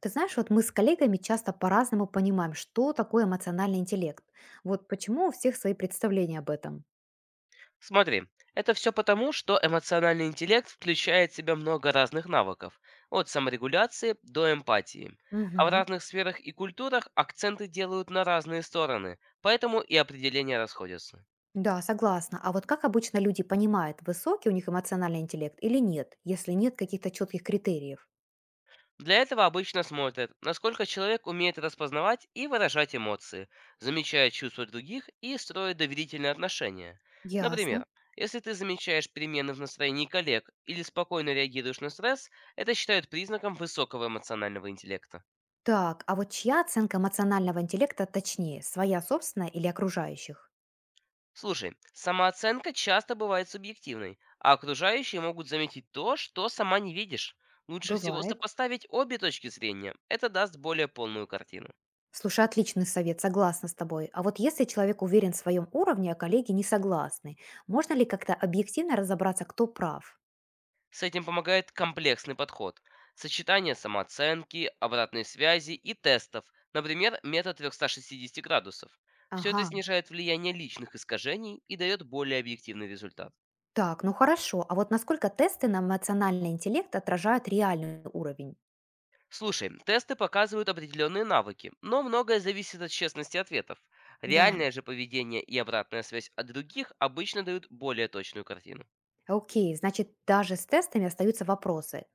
Ты знаешь, вот мы с коллегами часто по-разному понимаем, что такое эмоциональный интеллект. Вот почему у всех свои представления об этом. Смотри, это все потому, что эмоциональный интеллект включает в себя много разных навыков, от саморегуляции до эмпатии. А в Мгм. разных сферах и культурах акценты делают на разные стороны, поэтому и определения расходятся. Да, согласна. А вот как обычно люди понимают, высокий у них эмоциональный интеллект или нет, если нет каких-то четких критериев? Для этого обычно смотрят, насколько человек умеет распознавать и выражать эмоции, замечая чувства других и строит доверительные отношения. Ясно. Например, если ты замечаешь перемены в настроении коллег или спокойно реагируешь на стресс, это считают признаком высокого эмоционального интеллекта. Так, а вот чья оценка эмоционального интеллекта точнее, своя собственная или окружающих? Слушай, самооценка часто бывает субъективной, а окружающие могут заметить то, что сама не видишь. Лучше всего Бывает. сопоставить обе точки зрения. Это даст более полную картину. Слушай, отличный совет, согласна с тобой. А вот если человек уверен в своем уровне, а коллеги не согласны, можно ли как-то объективно разобраться, кто прав? С этим помогает комплексный подход. Сочетание самооценки, обратной связи и тестов, например, метод 360 градусов. Все это Ага, снижает влияние личных искажений и дает более объективный результат. так, ну хорошо. А вот насколько тесты на эмоциональный интеллект отражают реальный уровень? Слушай, тесты показывают определенные навыки, но многое зависит от честности ответов. Да, Реальное же поведение и обратная связь от других обычно дают более точную картину. окей, значит, даже с тестами остаются вопросы.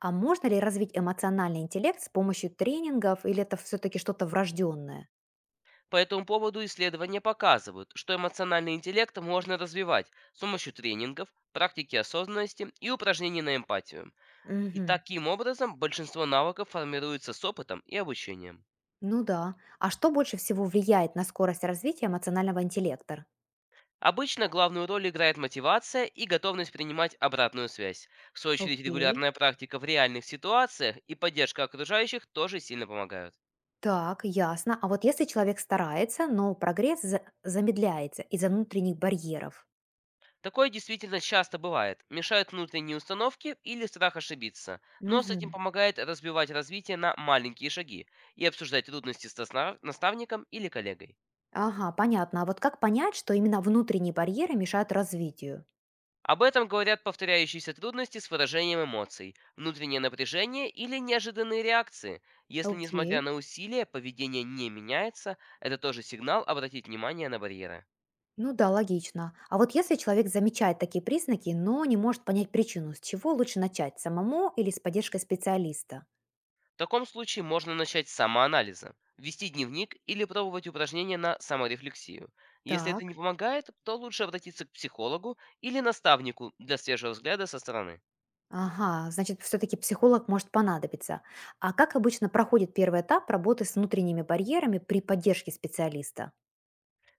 А можно ли развить эмоциональный интеллект с помощью тренингов, или это все-таки что-то врожденное? По этому поводу исследования показывают, что эмоциональный интеллект можно развивать с помощью тренингов, практики осознанности и упражнений на эмпатию. И Угу. таким образом большинство навыков формируется с опытом и обучением. Ну да. А что больше всего влияет на скорость развития эмоционального интеллекта? Обычно главную роль играет мотивация и готовность принимать обратную связь. В свою очередь Окей. регулярная практика в реальных ситуациях и поддержка окружающих тоже сильно помогают. Так, ясно. А вот если человек старается, но замедляется из-за внутренних барьеров. Такое действительно часто бывает. Мешают внутренние установки или страх ошибиться. Но с этим Мгм. помогает разбивать развитие на маленькие шаги и обсуждать трудности с наставником или коллегой. Ага, понятно. А вот как понять, что именно внутренние барьеры мешают развитию? Об этом говорят повторяющиеся трудности с выражением эмоций, внутреннее напряжение или неожиданные реакции. Если, Окей. несмотря на усилия, поведение не меняется, это тоже сигнал обратить внимание на барьеры. Ну да, логично. А вот если человек замечает такие признаки, но не может понять причину, с чего лучше начать, самому или с поддержкой специалиста? В таком случае можно начать с самоанализа, вести дневник или пробовать упражнения на саморефлексию. Если это не Так. помогает, то лучше обратиться к психологу или наставнику для свежего взгляда со стороны. Ага, значит, все-таки психолог может понадобиться. А как обычно проходит первый этап работы с внутренними барьерами при поддержке специалиста?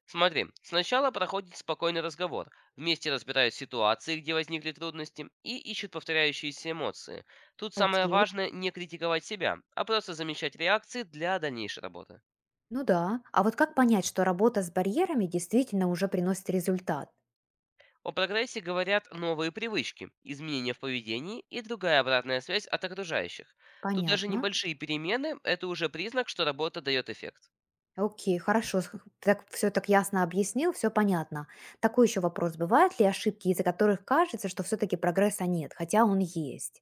Смотри, сначала проходит спокойный разговор, вместе разбирают ситуации, где возникли трудности, и ищут повторяющиеся эмоции. Тут самое Окей. важное не критиковать себя, а просто замечать реакции для дальнейшей работы. Ну да. А вот как понять, что работа с барьерами действительно уже приносит результат? О прогрессе говорят новые привычки, изменения в поведении и другая обратная связь от окружающих. Тут даже Понятно. небольшие перемены – это уже признак, что работа дает эффект. Окей, хорошо, так все так ясно объяснил, все понятно. Такой еще вопрос, бывают ли ошибки, из-за которых кажется, что все-таки прогресса нет, хотя он есть?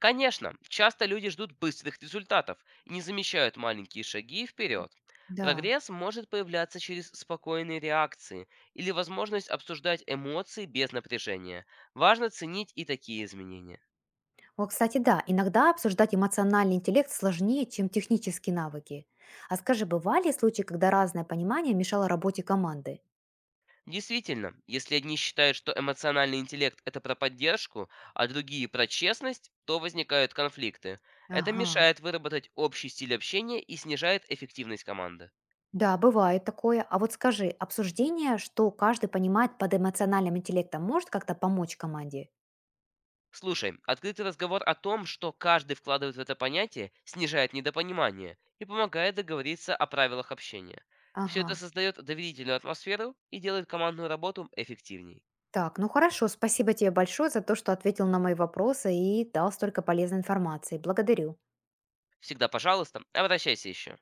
Конечно, часто люди ждут быстрых результатов и не замечают маленькие шаги вперед. Да. Прогресс может появляться через спокойные реакции или возможность обсуждать эмоции без напряжения. Важно ценить и такие изменения. Вот, кстати, да, иногда обсуждать эмоциональный интеллект сложнее, чем технические навыки. А скажи, бывали случаи, когда разное понимание мешало работе команды? Действительно, если одни считают, что эмоциональный интеллект – это про поддержку, а другие – про честность, то возникают конфликты. Это Ага. мешает выработать общий стиль общения и снижает эффективность команды. Да, бывает такое. А вот скажи, обсуждение, что каждый понимает под эмоциональным интеллектом, может как-то помочь команде? Слушай, открытый разговор о том, что каждый вкладывает в это понятие, снижает недопонимание и помогает договориться о правилах общения. Все Ага. это создает доверительную атмосферу и делает командную работу эффективней. Так, ну хорошо, спасибо тебе большое за то, что ответил на мои вопросы и дал столько полезной информации. Благодарю. Всегда, пожалуйста, обращайся еще.